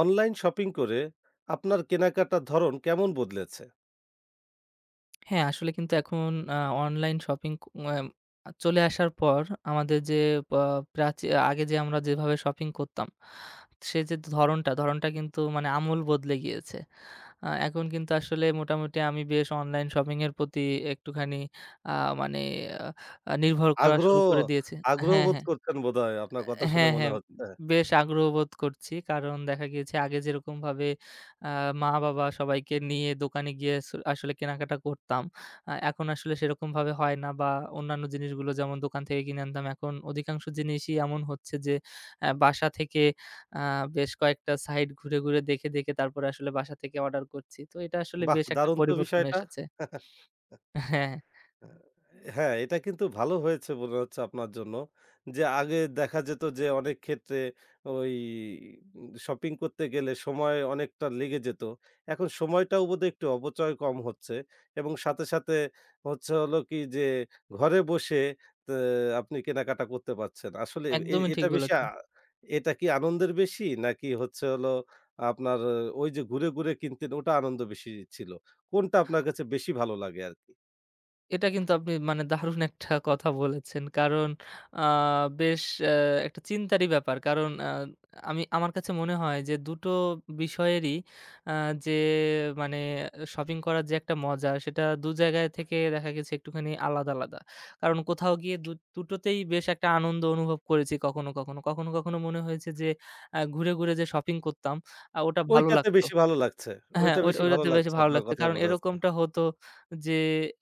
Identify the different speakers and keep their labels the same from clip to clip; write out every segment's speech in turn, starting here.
Speaker 1: Online shopping করে আপনার কেনাকাটার ধরন কেমন বদলেছে?
Speaker 2: হ্যাঁ, আসলে কিন্তু এখন অনলাইন শপিং ক এম চলে আসার পর আমাদের যে পা প্রাচী আগে যে আমরা যেভাবে শপিং করতাম, সে যে ধরনটা, ধরনটা কিন্তু মানে আমূল বদলে গিয়েছে। এখন কিন্তু আসলে মোটামুটি আমি বেশ অনলাইন শপিং এর প্রতি একটুখানি আ মানে আ আ নির্ভর করা শুরু
Speaker 1: আগ্রহ
Speaker 2: করে দিয়েছি।
Speaker 1: আগ্রহ
Speaker 2: হ্যাঁ,
Speaker 1: বোধ
Speaker 2: হ্যাঁ।
Speaker 1: করছেন বোধহয় আপনার কথা শুনে
Speaker 2: হ্যাঁ,
Speaker 1: মনে
Speaker 2: হ্যাঁ।
Speaker 1: হচ্ছে।
Speaker 2: বেশ আগ্রহ বোধ করছি। কারণ দেখা গিয়েছে আগে যেরকমভাবে আ মা-বাবা সবাইকে নিয়ে দোকানে গিয়ে আসলে কেনাকাটা করতাম। এখন আসলে সেরকমভাবে হয় না বা অন্যান্য জিনিসগুলো যেমন দোকান থেকে কিনে আনতাম, এখন অধিকাংশ জিনিসই এমন হচ্ছে যে বাসা থেকে আ বেশ কয়েকটা সাইট ঘুরে, ঘুরে দেখে, দেখে তারপরে আসলে বাসা থেকে অর্ডার করছি। তো এটা আসলে
Speaker 1: বাহ!
Speaker 2: বেশ একটা
Speaker 1: দারুণ তো
Speaker 2: পরিবর্তন
Speaker 1: বিষয়টা।
Speaker 2: এসেছে। হ্যাঁ,
Speaker 1: হ্যাঁ, এটা কিন্তু ভালো হয়েছে মনে হচ্ছে আপনার জন্য। যে আগে দেখা যেত যে অনেক ক্ষেত্রে ওই শপিং করতে গেলে সময় অনেকটা লেগে যেত। এখন সময়টাও বোধহয় একটু অপচয় কম হচ্ছে এবং সাথে, সাথে হলো কি যে ঘরে বসে তে আপনি কেনাকাটা করতে পারছেন। আসলে এ
Speaker 2: একদমই ঠিক
Speaker 1: এটা বেশি আ
Speaker 2: বলেছেন।
Speaker 1: এটা কি আনন্দের বেশি? নাকি হচ্ছে হলো আপনার ওই যে ঘুরে, ঘুরে কিনতেন ওটা আনন্দ বেশি ছিল? কোনটা আপনার কাছে বেশি ভালো লাগে আরকি?
Speaker 2: এটা কিন্তু আপনি মানে দারুণ একটা কথা বলেছেন। কারণ আ বেশ একটা চিন্তারই ব্যাপার। কারণ আমি আমার কাছে মনে হয় যে দুটো বিষয়েরই আ যে মানে শপিং করার যে একটা মজা সেটা ২ জায়গায় থেকে দেখা গেছে একটুখানি আলাদা, আলাদা। কারণ কোথাও গিয়ে দুটোতেই বেশ একটা আনন্দ অনুভব করেছি কখনো, কখনো। কখনো, কখনো মনে হয়েছে যে ঘুরে, ঘুরে যে শপিং করতাম ওটা ভালো
Speaker 1: ঐটাতে
Speaker 2: লাগতো।
Speaker 1: বেশি ভালো লাগছে।
Speaker 2: হ্যাঁ,
Speaker 1: ঐটা
Speaker 2: ওই
Speaker 1: বেশি ভালো
Speaker 2: ওইটাতে বেশ
Speaker 1: লাগছে
Speaker 2: ভালো
Speaker 1: আপনার
Speaker 2: লাগতো।
Speaker 1: কথায়
Speaker 2: কারণ
Speaker 1: বোঝা যাচ্ছে।
Speaker 2: এরকমটা হতো যে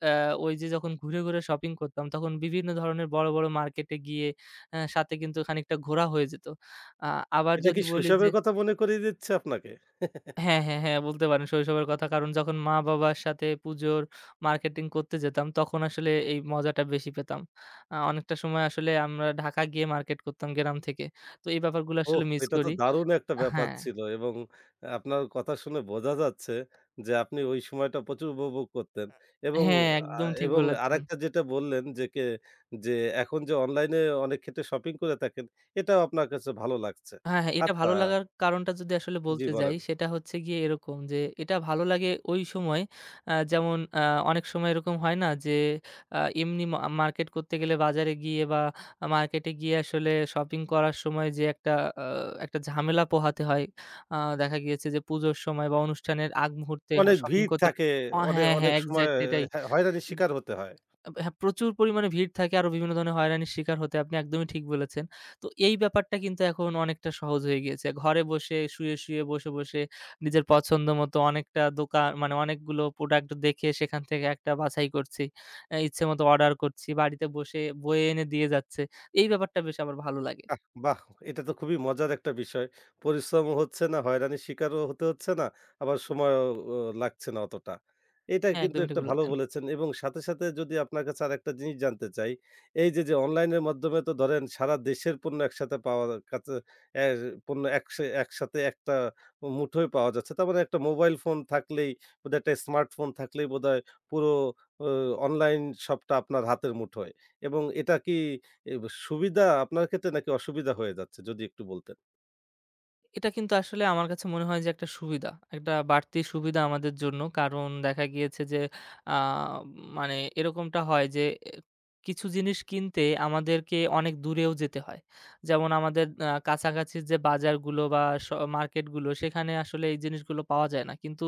Speaker 2: অ্যা ওই যে যখন ঘুরে, ঘুরে শপিং করতাম তখন বিভিন্ন ধরনের বড়, বড় মার্কেটে গিয়ে সাথে কিন্তু খানিকটা ঘোরা হয়ে যেত। আ আবার
Speaker 1: এটা
Speaker 2: যদি
Speaker 1: কি
Speaker 2: বলি যে,
Speaker 1: শৈশবের কথা মনে করিয়ে দিচ্ছে আপনাকে?
Speaker 2: হ্যাঁ, হ্যাঁ, হ্যাঁ, বলতে পারেন শৈশবের কথা। কারণ যখন মা-বাবার সাথে পুজোর মার্কেটিং করতে যেতাম তখন আসলে এই মজাটা বেশি পেতাম। অনেকটা সময় আসলে আমরা ঢাকা গিয়ে মার্কেট করতাম গ্রাম থেকে। তো এই ব্যাপারগুলো
Speaker 1: ওহ!
Speaker 2: আসলে মিস
Speaker 1: এটা তো
Speaker 2: করি।
Speaker 1: দারুণ একটা ব্যাপার
Speaker 2: হ্যাঁ,
Speaker 1: ছিল এবং আপনার কথা শুনে বোঝা যাচ্ছে যে আপনি ওই সময়টা প্রচুর উপভোগ করতেন এবং
Speaker 2: হ্যাঁ,
Speaker 1: আ
Speaker 2: একদম ঠিক
Speaker 1: এবং
Speaker 2: বলেছেন।
Speaker 1: আরেকটা যেটা বললেন যে এখন যে অনলাইনে অনেক ক্ষেত্রে শপিং করে থাকেন, এটাও আপনার কাছে ভালো লাগছে।
Speaker 2: হ্যাঁ, হ্যাঁ, এটা
Speaker 1: আচ্ছা,
Speaker 2: ভালো লাগার কারণটা যদি আসলে
Speaker 1: জি
Speaker 2: বলতে যাই,
Speaker 1: বলেন।
Speaker 2: সেটা হচ্ছে গিয়ে এরকম যে, এটা ভালো লাগে ওই সময়। আ যেমন আ অনেক সময় এরকম হয় না যে, এমনি মার্কেট করতে গেলে বাজারে গিয়ে বা মার্কেটে গিয়ে আসলে শপিং করার সময় যে আ একটা ঝামেলা পোহাতে হয়। দেখা গিয়েছে যে পুজোর সময় বা অনুষ্ঠানের আগ মুহূর্তে
Speaker 1: অনেক
Speaker 2: শপিং
Speaker 1: ভিড়
Speaker 2: করতে।
Speaker 1: থাকে, অনেক
Speaker 2: হ্যাঁ, হ্যাঁ,
Speaker 1: অনেক সময়
Speaker 2: এক্সাক্ট এটাই।
Speaker 1: হ্যাঁ, হয়রানির শিকার হতে হয়।
Speaker 2: হ্যাঁ, প্রচুর পরিমাণে ভিড় থাকে। আরো বিভিন্ন ধরনের হয়রানির শিকার হতে আপনি একদমই ঠিক বলেছেন। তো এই ব্যাপারটা কিন্তু এখন অনেকটা সহজ হয়ে গিয়েছে। ঘরে বসে, শুয়ে, শুয়ে, বসে, বসে নিজের পছন্দ মতো অনেকটা দোকান মানে অনেকগুলো প্রোডাক্ট দেখে সেখান থেকে একটা বাছাই করছি। ইচ্ছে মতো অর্ডার করছি। বাড়িতে বসে বয়ে এনে দিয়ে যাচ্ছে। এই ব্যাপারটা বেশ আমার ভালো লাগে।
Speaker 1: আহ! বাহ! এটা তো খুবই মজার একটা বিষয়। পরিশ্রমও হচ্ছে না, হয়রানির শিকারও হতে হচ্ছে না, আবার সময়ও ও লাগছে না অতটা। এটা
Speaker 2: হ্যাঁ,
Speaker 1: কিন্তু
Speaker 2: একদমই ঠিক
Speaker 1: একটা ভালো
Speaker 2: বলেছেন।
Speaker 1: বলেছেন এবং সাথে, সাথে যদি আপনার কাছে আরেকটা জিনিস জানতে চাই, এই যে, যে, অনলাইনের মাধ্যমে তো ধরেন সারা দেশের পণ্য একসাথে পাওয়া কাছে এর পণ্য একসাথে একটা মুঠোয় পাওয়া যাচ্ছে। তার মানে একটা মোবাইল ফোন থাকলেই বোধহয়, একটা স্মার্টফোন থাকলেই বোধহয় পুরো ও অনলাইন শপটা আপনার হাতের মুঠোয় এবং এটা কি এব সুবিধা আপনার ক্ষেত্রে নাকি অসুবিধা হয়ে যাচ্ছে? যদি একটু বলতেন।
Speaker 2: এটা কিন্তু আসলে আমার কাছে মনে হয় যে একটা সুবিধা। একটা বাড়তি সুবিধা আমাদের জন্য। কারণ দেখা গিয়েছে যে আ মানে এরকমটা হয় যে এ কিছু জিনিস কিনতে আমাদেরকে অনেক দূরেও যেতে হয়। যেমন আমাদের কাছাকাছি যে বাজারগুলো বা স মার্কেটগুলো সেখানে আসলে এই জিনিসগুলো পাওয়া যায় না। কিন্তু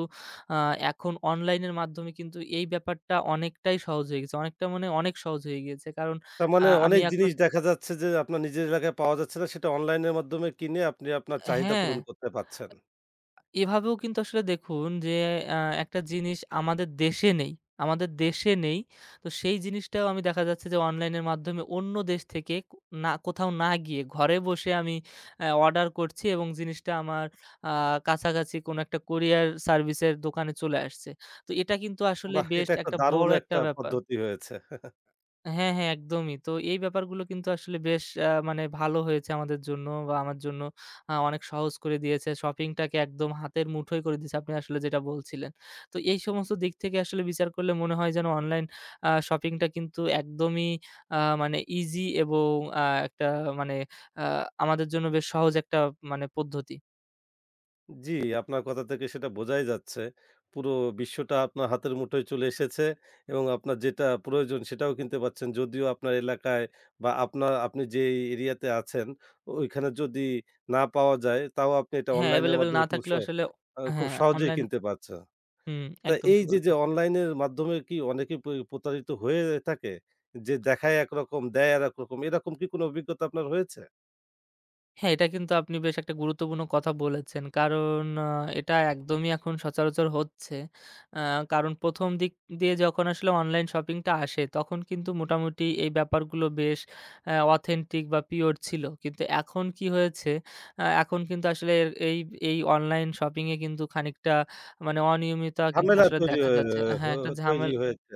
Speaker 2: আ এখন অনলাইনের মাধ্যমে কিন্তু এই ব্যাপারটা অনেকটাই সহজ হয়ে গেছে। অনেকটা মানে অনেক সহজ হয়ে গিয়েছে। কারণ
Speaker 1: তার মানে
Speaker 2: আমি
Speaker 1: অনেক
Speaker 2: এখন,
Speaker 1: জিনিস দেখা যাচ্ছে যে আপনার নিজের এলাকায় পাওয়া যাচ্ছে না, সেটা অনলাইনের মাধ্যমে কিনে আপনি আপনার চাহিদা
Speaker 2: হ্যাঁ।
Speaker 1: পূরণ করতে পারছেন।
Speaker 2: এভাবেও কিন্তু আসলে দেখুন যে আ একটা জিনিস আমাদের দেশে নেই, আমাদের দেশে নেই। তো সেই জিনিসটাও আমি দেখা যাচ্ছে যে অনলাইনের মাধ্যমে অন্য দেশ থেকে না কোথাও না গিয়ে ঘরে বসে আমি অর্ডার করছি এবং জিনিসটা আমার আ কাছাকাছি কোনো একটা কুরিয়ার সার্ভিসের দোকানে চলে আসছে। তো এটা কিন্তু আসলে
Speaker 1: বাহ!
Speaker 2: বেশ
Speaker 1: এটা একটা
Speaker 2: একটা
Speaker 1: দারুণ
Speaker 2: বড় একটা
Speaker 1: একটা
Speaker 2: ব্যাপার।
Speaker 1: পদ্ধতি হয়েছে।
Speaker 2: হ্যাঁ, হ্যাঁ, একদমই। তো এই ব্যাপারগুলো কিন্তু আসলে বেশ আ মানে ভালো হয়েছে আমাদের জন্য বা আমার জন্য, অনেক সহজ করে দিয়েছে। শপিংটাকে একদম হাতের মুঠোয় করে দিয়েছে আপনি আসলে যেটা বলছিলেন। তো এই সমস্ত দিক থেকে আসলে বিচার করলে মনে হয় যেন অনলাইন শপিংটা কিন্তু একদমই আ মানে ইজি এবং আ একটা মানে আ আমাদের জন্য বেশ সহজ একটা পদ্ধতি।
Speaker 1: জি, আপনার কথা থেকে সেটা বোঝাই যাচ্ছে। পুরো বিশ্বটা আপনার হাতের মুঠোয় চলে এসেছে এবং আপনার যেটা প্রয়োজন সেটাও কিনতে পারছেন। যদিও আপনার এলাকায় বা আপনি যেই এরিয়াতে আছেন ওইখানে যদি না পাওয়া যায় তাও আপনি এটা
Speaker 2: হ্যাঁ,
Speaker 1: অনলাইনের
Speaker 2: এভেইলেবল না
Speaker 1: মাধ্যমে খুব স
Speaker 2: থাকলেও আসলে
Speaker 1: আ খুব
Speaker 2: হ্যাঁ,
Speaker 1: সহজেই
Speaker 2: অনলাইন,
Speaker 1: কিনতে পারছেন।
Speaker 2: হুম,
Speaker 1: তা
Speaker 2: একদম
Speaker 1: এই
Speaker 2: ঠিক
Speaker 1: যে, যে
Speaker 2: বলেছেন।
Speaker 1: অনলাইনের মাধ্যমে কি অনেকে প্রতারিত হয়ে থাকে? যে দেখায় একরকম, দেয় আরেক রকম। এরকম কি কোনো অভিজ্ঞতা আপনার হয়েছে?
Speaker 2: হ্যাঁ, এটা কিন্তু আপনি বেশ একটা গুরুত্বপূর্ণ কথা বলেছেন। কারণ এটা একদমই এখন সচরাচর হচ্ছে। আ কারণ ১ম দিক দিয়ে যখন আসলে অনলাইন শপিংটা আসে, তখন কিন্তু মোটামুটি এই ব্যাপারগুলো বেশ অথেন্টিক বা পিওর ছিল। কিন্তু এখন কি হয়েছে, এখন কিন্তু আসলে এই অনলাইন শপিংয়ে কিন্তু খানিকটা মানে অনিয়মিতা কিন্তু
Speaker 1: ঝামেলা
Speaker 2: আসলে
Speaker 1: তৈরি
Speaker 2: দেখা
Speaker 1: হয়ে
Speaker 2: যাচ্ছে,
Speaker 1: হ
Speaker 2: হ্যাঁ, একটা
Speaker 1: তৈরি
Speaker 2: ঝামেলা।
Speaker 1: হয়েছে।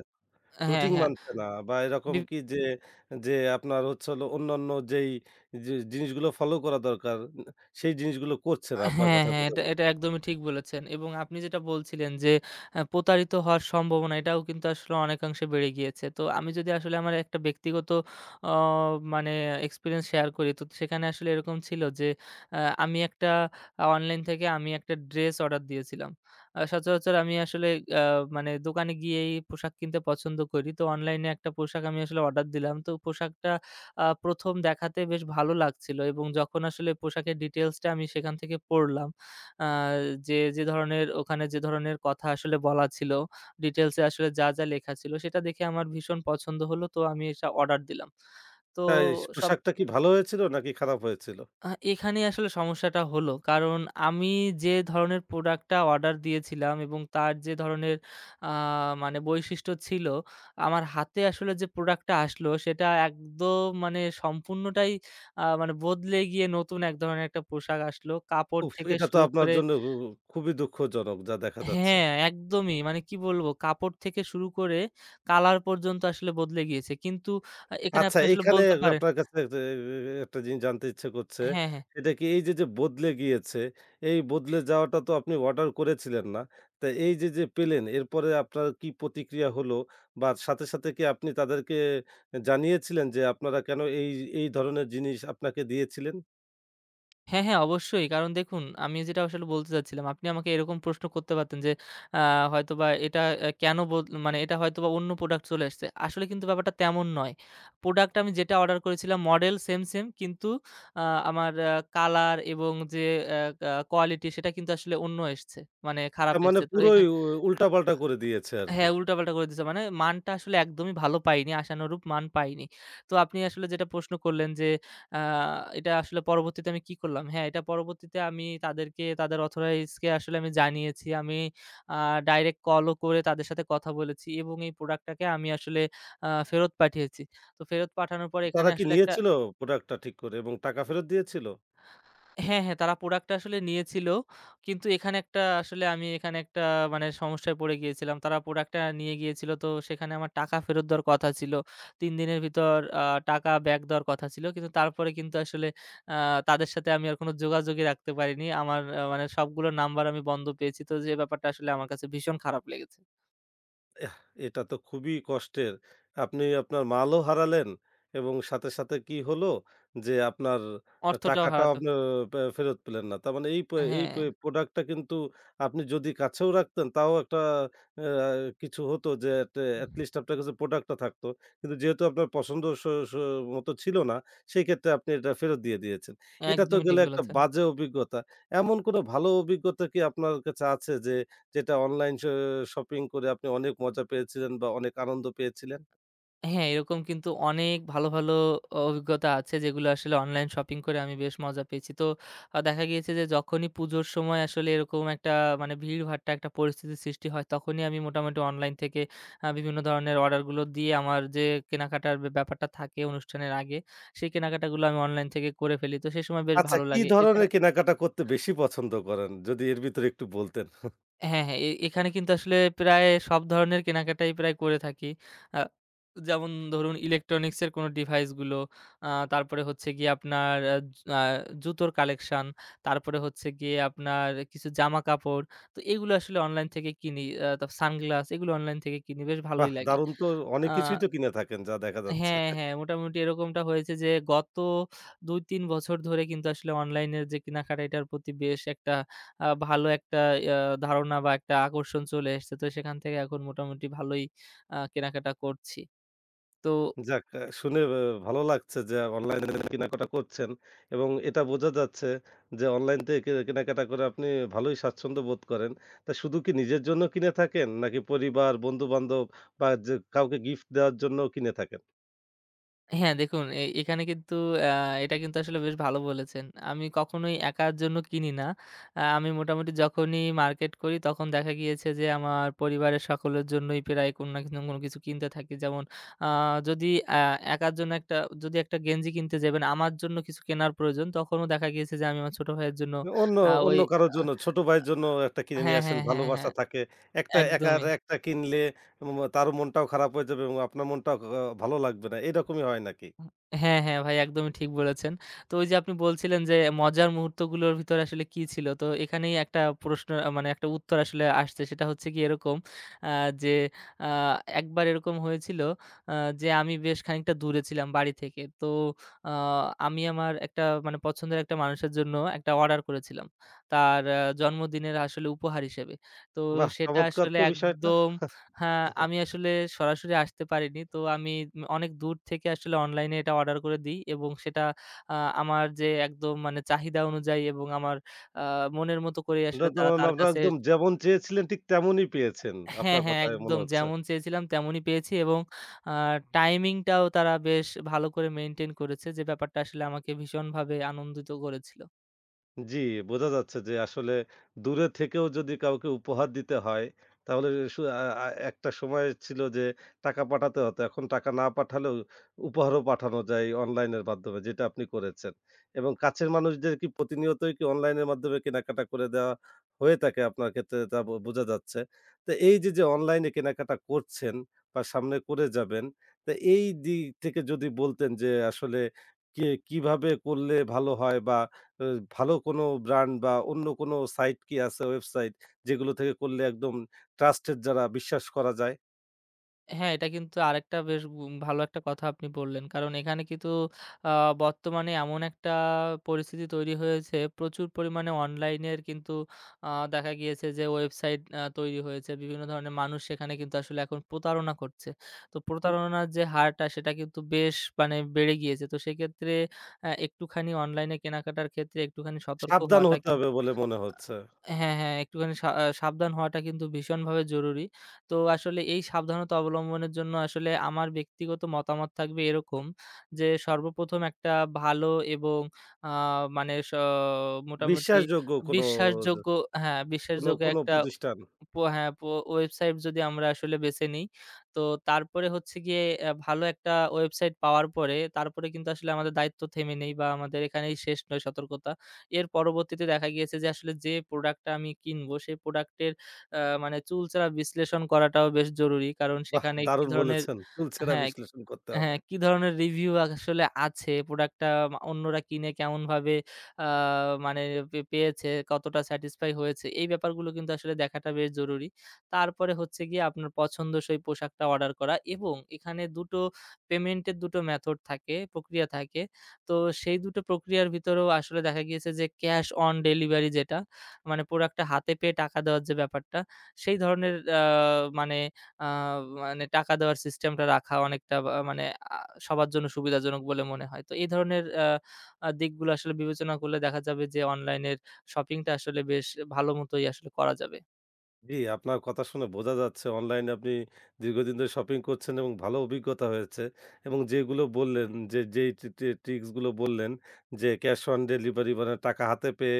Speaker 2: হ্যাঁ,
Speaker 1: রুটিন
Speaker 2: হ্যাঁ।
Speaker 1: মানছে না বা এরকম
Speaker 2: বি
Speaker 1: কি যে, যে আপনার হচ্ছে হলো অন্যান্য যে জিনিসগুলো ফলো করা দরকার, সেই জিনিসগুলো করছে না আপনার
Speaker 2: হ্যাঁ,
Speaker 1: কথায়
Speaker 2: হ্যাঁ,
Speaker 1: বোঝা
Speaker 2: এটা
Speaker 1: যায়।
Speaker 2: এটা একদমই ঠিক বলেছেন এবং আপনি যেটা বলছিলেন যে প্রতারিত হওয়ার সম্ভাবনা এটাও কিন্তু আসলে অনেকাংশে বেড়ে গিয়েছে। তো আমি যদি আসলে আমার একটা ব্যক্তিগত অ মানে এক্সপেরিয়েন্স শেয়ার করি তো সেখানে আসলে এরকম ছিল যে আ আমি একটা আ অনলাইন থেকে আমি একটা ড্রেস অর্ডার দিয়েছিলাম। সচরাচর আমি আসলে আ মানে দোকানে গিয়েই পোশাক কিনতে পছন্দ করি। তো অনলাইনে একটা পোশাক আমি আসলে অর্ডার দিলাম। তো পোশাকটা ১ম দেখাতে বেশ ভালো লাগছিল এবং যখন আসলে পোশাকের ডিটেইলসটা আমি সেখান থেকে পড়লাম, আ যে ধরনের ওখানে যে ধরনের কথা আসলে বলা ছিল, ডিটেইলসে আসলে যা, যা লেখা ছিল সেটা দেখে আমার ভীষণ পছন্দ হলো। তো আমি এটা অর্ডার দিলাম। তো
Speaker 1: তাই
Speaker 2: সব,
Speaker 1: পোশাকটা কি ভালো হয়েছিল নাকি খারাপ হয়েছিল?
Speaker 2: এখানেই আসলে সমস্যাটা হলো। কারণ আমি যে ধরনের প্রোডাক্টটা অর্ডার দিয়েছিলাম এবং তার যে ধরনের আ মানে বৈশিষ্ট্য ছিল, আমার হাতে আসলে যে প্রোডাক্টটা আসলো সেটা একদম মানে সম্পূর্ণটাই আ মানে বদলে গিয়ে নতুন এক ধরনের একটা পোশাক আসলো। কাপড়
Speaker 1: উফ!
Speaker 2: থেকে
Speaker 1: এটা তো
Speaker 2: শুরু
Speaker 1: আপনার
Speaker 2: করে,
Speaker 1: জন্য খুবই দুঃখজনক যা দেখা যাচ্ছে।
Speaker 2: হ্যাঁ, একদমই। মানে কি বলবো? কাপড় থেকে শুরু করে কালার পর্যন্ত আসলে বদলে গিয়েছে। কিন্তু এখানে
Speaker 1: আচ্ছা,
Speaker 2: আপনি আসলে
Speaker 1: এখানে
Speaker 2: বলতে পারেন,
Speaker 1: আপনার কাছে একটা একটা জিনিস জানতে ইচ্ছে করছে।
Speaker 2: হ্যাঁ, হ্যাঁ।
Speaker 1: এটা কি এই যে, যে বদলে গিয়েছে, এই বদলে যাওয়াটা তো আপনি অর্ডার করেছিলেন না। তা এই যে, যে পেলেন এরপরে আপনার কি প্রতিক্রিয়া হলো? বা সাথে, সাথে কি আপনি তাদেরকে জানিয়েছিলেন যে আপনারা কেন এই ধরনের জিনিস আপনাকে দিয়েছিলেন?
Speaker 2: হ্যাঁ, হ্যাঁ, অবশ্যই। কারণ দেখুন, আমি যেটা আসলে বলতে চাচ্ছিলাম, আপনি আমাকে এরকম প্রশ্ন করতে পারতেন যে, আ হয়তোবা এটা অ্যা কেন বদ মানে এটা হয়তোবা অন্য প্রোডাক্ট চলে আসছে। আসলে কিন্তু ব্যাপারটা তেমন নয়। প্রোডাক্ট আমি যেটা অর্ডার করেছিলাম মডেল সেম, সেম কিন্তু আ আমার কালার এবং যে অ্যা আ কোয়ালিটি সেটা কিন্তু আসলে অন্য এসছে। মানে খারাপ
Speaker 1: তার মানে
Speaker 2: এসছে। তো
Speaker 1: পুরোই উল্টাপাল্টা করে দিয়েছে আরকি।
Speaker 2: হ্যাঁ, উল্টাপাল্টা করে দিছে। মানে মানটা আসলে একদমই ভালো পাইনি, আশানুরূপ মান পাইনি। তো আপনি আসলে যেটা প্রশ্ন করলেন যে, আ এটা আসলে পরবর্তীতে আমি কি করলাম? হ্যাঁ, এটা পরবর্তীতে আমি তাদেরকে তাদের অথরাইজ কে আসলে আমি জানিয়েছি। আমি আ ডাইরেক্ট কলও করে তাদের সাথে কথা বলেছি এবং এই প্রোডাক্টটাকে আমি আসলে ফেরত পাঠিয়েছি। তো ফেরত পাঠানোর পরে এখানে
Speaker 1: তারা কি
Speaker 2: আসলে একটা,
Speaker 1: নিয়েছিল প্রোডাক্টটা ঠিক করে এবং টাকা ফেরত দিয়েছিল?
Speaker 2: হ্যাঁ, হ্যাঁ, তারা প্রোডাক্টটা আসলে নিয়েছিল। কিন্তু এখানে একটা আসলে আমি এখানে একটা সমস্যায় পড়ে গিয়েছিলাম। তারা প্রোডাক্টটা নিয়ে গিয়েছিল। তো সেখানে আমার টাকা ফেরত দেওয়ার কথা ছিল। ৩ দিনের ভিতর টাকা ব্যাক দেওয়ার কথা ছিল। কিন্তু তারপরে কিন্তু আসলে আ তাদের সাথে আমি আর কোনো যোগাযোগই রাখতে পারিনি। আমার আ মানে সবগুলো নাম্বার আমি বন্ধ পেয়েছি। তো যে ব্যাপারটা আসলে আমার কাছে ভীষণ খারাপ লেগেছে।
Speaker 1: এটা তো খুবই কষ্টের। আপনি আপনার মালও হারালেন এবং সাথে, সাথে কি হলো যে আপনার
Speaker 2: অর্থটাও
Speaker 1: টাকাটাও
Speaker 2: হারাতো।
Speaker 1: আপনার ফেরত পেলেন না। তার মানে এই প এই
Speaker 2: হ্যাঁ,
Speaker 1: প প্রোডাক্টটা কিন্তু আপনি যদি কাছেও রাখতেন তাও একটা আ কিছু হতো যে এটলিস্ট আপনার কাছে প্রোডাক্টটা থাকতো। কিন্তু যেহেতু আপনার পছন্দ স স মতো ছিল না, সেক্ষেত্রে আপনি এটা ফেরত দিয়ে দিয়েছেন। এটা তো
Speaker 2: একদমই ঠিক
Speaker 1: গেলে একটা
Speaker 2: বলেছেন।
Speaker 1: বাজে অভিজ্ঞতা। এমন কোনো ভালো অভিজ্ঞতা কি আপনার কাছে আছে যে যেটা অনলাইন শ শপিং করে আপনি অনেক মজা পেয়েছিলেন বা অনেক আনন্দ পেয়েছিলেন?
Speaker 2: হ্যাঁ, এরকম কিন্তু অনেক ভালো, ভালো অভিজ্ঞতা আছে যেগুলো আসলে অনলাইন শপিং করে আমি বেশ মজা পেয়েছি। তো দেখা গিয়েছে যে যখনই পুজোর সময় আসলে এরকম একটা ভিড়ভাট্টা একটা পরিস্থিতির সৃষ্টি হয় তখনই আমি মোটামুটি অনলাইন থেকে বিভিন্ন ধরনের অর্ডারগুলো দিয়ে আমার যে কেনাকাটার ব্যাপারটা থাকে অনুষ্ঠানের আগে, সেই কেনাকাটাগুলো আমি অনলাইন থেকে করে ফেলি। তো সে সময় বেশ
Speaker 1: আচ্ছা,
Speaker 2: ভালো
Speaker 1: কি
Speaker 2: লাগে। এছাড়া,
Speaker 1: ধরনের কেনাকাটা করতে বেশি পছন্দ করেন? যদি এর ভিতরে একটু বলতেন।
Speaker 2: হ্যাঁ, হ্যাঁ। এখানে কিন্তু আসলে প্রায় সব ধরনের কেনাকাটাই প্রায় করে থাকি। আ যেমন ধরুন ইলেকট্রনিক্সের কোনো ডিভাইসগুলো, আ তারপরে হচ্ছে গিয়ে আপনার আ আ জুতোর কালেকশন, তারপরে হচ্ছে গিয়ে আপনার কিছু জামাকাপড়। তো এগুলো আসলে অনলাইন থেকে কিনি। তো সানগ্লাস এগুলো অনলাইন থেকে কিনি। বেশ ভালোই
Speaker 1: বাহ!
Speaker 2: লাগে।
Speaker 1: দারুণ তো, অনেক
Speaker 2: আ
Speaker 1: কিছুই তো কিনে থাকেন যা দেখা যাচ্ছে।
Speaker 2: হ্যাঁ, হ্যাঁ, মোটামুটি এরকমটা হয়েছে যে গত ২-৩ বছর ধরে কিন্তু আসলে অনলাইনের যে কেনাকাটা এটার প্রতি বেশ একটা ভালো একটা ইয়া ধারণা বা একটা আকর্ষণ চলে এসেছে। তো সেখান থেকে এখন মোটামুটি ভালোই কেনাকাটা করছি। তো
Speaker 1: যাক, শুনে ভালো লাগছে যে অনলাইনে কেনাকাটা করছেন এবং এটা বোঝা যাচ্ছে যে অনলাইন থেকে কেনাকাটা করে আপনি ভালোই স্বাচ্ছন্দ্য বোধ করেন। তা শুধু কি নিজের জন্য কিনে থাকেন? নাকি পরিবার, বন্ধু-বান্ধব বা যে কাউকে গিফট দেওয়ার জন্যও কিনে থাকেন?
Speaker 2: হ্যাঁ, দেখুন, এখানে কিন্তু আ এটা কিন্তু আসলে বেশ ভালো বলেছেন। আমি কখনোই একার জন্য কিনি না। আমি মোটামুটি যখনই মার্কেট করি তখন দেখা গিয়েছে যে আমার পরিবারের সকলের জন্যই প্রায় কোনো না কোনো কোনো কিছু কিনতে থাকি। যেমন আ যদি আ একার জন্য একটা গেঞ্জি কিনতে যাবেন আমার জন্য কিছু কেনার প্রয়োজন তখনও দেখা গিয়েছে যে আমি আমার ছোট ভাইয়ের জন্য।
Speaker 1: অন্য,
Speaker 2: আ ওই
Speaker 1: অন্য কারোর
Speaker 2: আ
Speaker 1: জন্য, ছোট ভাইয়ের জন্য একটা
Speaker 2: আ
Speaker 1: কিনে
Speaker 2: হ্যাঁ,
Speaker 1: নিয়ে আসেন।
Speaker 2: হ্যাঁ, হ্যাঁ,
Speaker 1: ভালোবাসা
Speaker 2: হ্যাঁ,
Speaker 1: থাকে। একটা একার
Speaker 2: একদমই।
Speaker 1: একটা কিনলে তারও মনটাও খারাপ হয়ে যাবে এবং আপনার মনটাও ভালো লাগবে না। এরকমই হয় নাকি?
Speaker 2: হ্যাঁ, হ্যাঁ, ভাই একদমই ঠিক বলেছেন। তো ওই যে আপনি বলছিলেন যে মজার মুহূর্তগুলোর ভিতরে আসলে কি ছিল? তো এখানেই একটা প্রশ্ন, আ মানে একটা উত্তর আসলে আসছে সেটা হচ্ছে গিয়ে এরকম আ যে আ একবার এরকম হয়েছিল আ যে আমি বেশ খানিকটা দূরে ছিলাম বাড়ি থেকে। তো আ আমি আমার একটা পছন্দের একটা মানুষের জন্য একটা অর্ডার করেছিলাম। তার জন্মদিনের আসলে উপহার হিসেবে। তো
Speaker 1: বাহ!
Speaker 2: সেটা
Speaker 1: চমৎকার
Speaker 2: আসলে
Speaker 1: তো বিষয়টা।
Speaker 2: একদম, হ্যাঁ, আমি আসলে সরাসরি আসতে পারিনি। তো আমি অনেক দূর থেকে আসলে অনলাইনে এটা অর্ডার করে দিই এবং সেটা আ আমার যে একদম চাহিদা অনুযায়ী এবং আমার আ মনের মতো করে আসলে তারা তার
Speaker 1: আপনারা
Speaker 2: কাছে।
Speaker 1: একদম যেমন চেয়েছিলেন ঠিক তেমনই পেয়েছেন।
Speaker 2: হ্যাঁ,
Speaker 1: আপনার
Speaker 2: হ্যাঁ,
Speaker 1: কথায় মনে
Speaker 2: একদম
Speaker 1: হচ্ছে।
Speaker 2: যেমন চেয়েছিলাম তেমনই পেয়েছি এবং আ টাইমিংটাও তারা বেশ ভালো করে মেইনটেইন করেছে, যে ব্যাপারটা আসলে আমাকে ভীষণভাবে আনন্দিত করেছিল।
Speaker 1: জি, বোঝা যাচ্ছে যে আসলে দূরে থেকেও যদি কাউকে উপহার দিতে হয়, তাহলে সু আ আ একটা সময় ছিল যে টাকা পাঠাতে হতো। এখন টাকা না পাঠালেও উপহারও পাঠানো যায় অনলাইনের মাধ্যমে, যেটা আপনি করেছেন। এবং কাছের মানুষদের কি প্রতিনিয়তই কি অনলাইনের মাধ্যমে কেনাকাটা করে দেওয়া হয়ে থাকে আপনার ক্ষেত্রে তা বোঝা যাচ্ছে। তো এই যে, যে অনলাইনে কেনাকাটা করছেন বা সামনে করে যাবেন, তো এই দিক থেকে যদি বলতেন যে আসলে কিভাবে করলে ভালো হয় বা আ ভালো কোনো ব্র্যান্ড বা অন্য কোনো সাইট কি আছে, ওয়েবসাইট যেগুলো থেকে করলে একদম ট্রাস্টেড, যারা বিশ্বাস করা যায়,
Speaker 2: হ্যাঁ, এটা কিন্তু আরেকটা বেশ ভালো একটা কথা আপনি বললেন। কারণ এখানে কিন্তু আ বর্তমানে এমন একটা পরিস্থিতি তৈরি হয়েছে, প্রচুর পরিমাণে অনলাইনের কিন্তু দেখা গিয়েছে যে ওয়েবসাইট তৈরি হয়েছে। বিভিন্ন ধরনের মানুষ সেখানে কিন্তু আসলে এখন প্রতারণা করছে। তো
Speaker 1: উম
Speaker 2: প্রতারণার যে হারটা সেটা কিন্তু বেশ বেড়ে গিয়েছে। তো সেক্ষেত্রে একটুখানি অনলাইনে কেনাকাটার ক্ষেত্রে একটুখানি সতর্ক
Speaker 1: সাবধান
Speaker 2: হওয়াটা,
Speaker 1: হতে হবে বলে মনে হচ্ছে।
Speaker 2: হ্যাঁ, হ্যাঁ, একটুখানি সা আ সাবধান হওয়াটা কিন্তু ভীষণভাবে জরুরি। তো আসলে এই সাবধানতা অবলম্বনের জন্য আসলে আমার ব্যক্তিগত মতামত থাকবে এরকম যে, সর্বপ্রথম একটা ভালো এবং আ মানে স মোটামুটি
Speaker 1: বিশ্বাসযোগ্য কোনো
Speaker 2: বিশ্বাসযোগ্য, হ্যাঁ,
Speaker 1: কোনো
Speaker 2: বিশ্বাসযোগ্য
Speaker 1: কোনো
Speaker 2: একটা,
Speaker 1: প্রতিষ্ঠান।
Speaker 2: হ্যাঁ, ওয়েবসাইট যদি আমরা আসলে বেছে নিই, তো তারপরে হচ্ছে গিয়ে ভালো একটা ওয়েবসাইট পাওয়ার পরে, তারপরে কিন্তু আসলে আমাদের দায়িত্ব থেমে নেই বা আমাদের এখানেই শেষ নয় সতর্কতা। এর পরবর্তীতে দেখা গিয়েছে যে আসলে যে প্রোডাক্টটা আমি কিনবো, সেই প্রোডাক্টের আ মানে চুলচেরা বিশ্লেষণ করাটাও বেশ জরুরি। কারণ
Speaker 1: বাহ!
Speaker 2: সেখানে কি
Speaker 1: দারুণ
Speaker 2: ধরনের,
Speaker 1: বলেছেন। চুলচেরা
Speaker 2: হ্যাঁ।
Speaker 1: বিশ্লেষণ করতে হবে।
Speaker 2: হ্যাঁ, কি ধরনের রিভিউ আসলে আছে? প্রোডাক্টটা অন্যরা কিনে কেমনভাবে আ মানে পে পেয়েছে, কতটা স্যাটিসফাই হয়েছে, এই ব্যাপারগুলো কিন্তু আসলে দেখাটা বেশ জরুরি। তারপরে হচ্ছে গিয়ে আপনার পছন্দসই পোশাকটা অর্ডার করা এবং এখানে ২ টো পেমেন্টের ২ টো মেথড থাকে, প্রক্রিয়া থাকে। তো সেই ২ টো প্রক্রিয়ার ভিতরেও আসলে দেখা গিয়েছে যে ক্যাশ অন ডেলিভারি যেটা, মানে প্রোডাক্টটা হাতে পেয়ে টাকা দেওয়ার যে ব্যাপারটা, সেই ধরনের আ মানে আ মানে টাকা দেওয়ার সিস্টেমটা রাখা অনেকটা বা মানে আ সবার জন্য সুবিধাজনক বলে মনে হয়। তো এই ধরনের আ আ দিকগুলো আসলে বিবেচনা করলে দেখা যাবে যে অনলাইনের শপিংটা আসলে বেশ ভালো মতোই আসলে করা যাবে।
Speaker 1: জি, আপনার কথা শুনে বোঝা যাচ্ছে অনলাইনে আপনি দীর্ঘদিন ধরে শপিং করছেন এবং ভালো অভিজ্ঞতা হয়েছে এবং যেগুলো বললেন যে যেই টি টি ট্রিক্সগুলো বললেন যে ক্যাশ অন ডেলিভারি মানে টাকা হাতে পেয়ে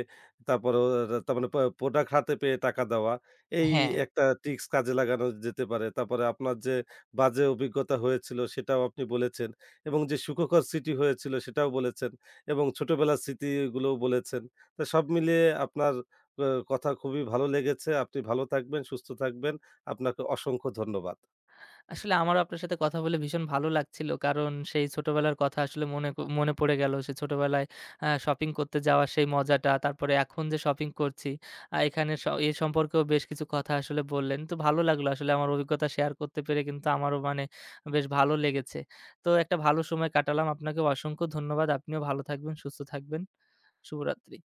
Speaker 1: তারপরে তার মানে প্রোডাক্ট হাতে পেয়ে টাকা দেওয়া, এই
Speaker 2: হ্যাঁ।
Speaker 1: একটা ট্রিক্স কাজে লাগানো যেতে পারে। তারপরে আপনার যে বাজে অভিজ্ঞতা হয়েছিল সেটাও আপনি বলেছেন এবং যে সুখকর স্মৃতি হয়েছিল সেটাও বলেছেন এবং ছোটবেলার স্মৃতিগুলোও বলেছেন। তো সব মিলিয়ে আপনার আ কথা খুবই ভালো লেগেছে। আপনি ভালো থাকবেন, সুস্থ থাকবেন। আপনাকে অসংখ্য ধন্যবাদ।
Speaker 2: আসলে আমারও আপনার সাথে কথা বলে ভীষণ ভালো লাগছিল। কারণ সেই ছোটবেলার কথা আসলে মনে পড়ে গেল। সেই ছোটবেলায় শপিং করতে যাওয়ার সেই মজাটা, তারপরে এখন যে শপিং করছি, এখানে স এ সম্পর্কেও বেশ কিছু কথা আসলে বললেন। তো ভালো লাগলো আসলে আমার অভিজ্ঞতা শেয়ার করতে পেরে, কিন্তু আমারও বেশ ভালো লেগেছে। তো একটা ভালো সময় কাটালাম। আপনাকেও অসংখ্য ধন্যবাদ। আপনিও ভালো থাকবেন, সুস্থ থাকবেন। শুভরাত্রি।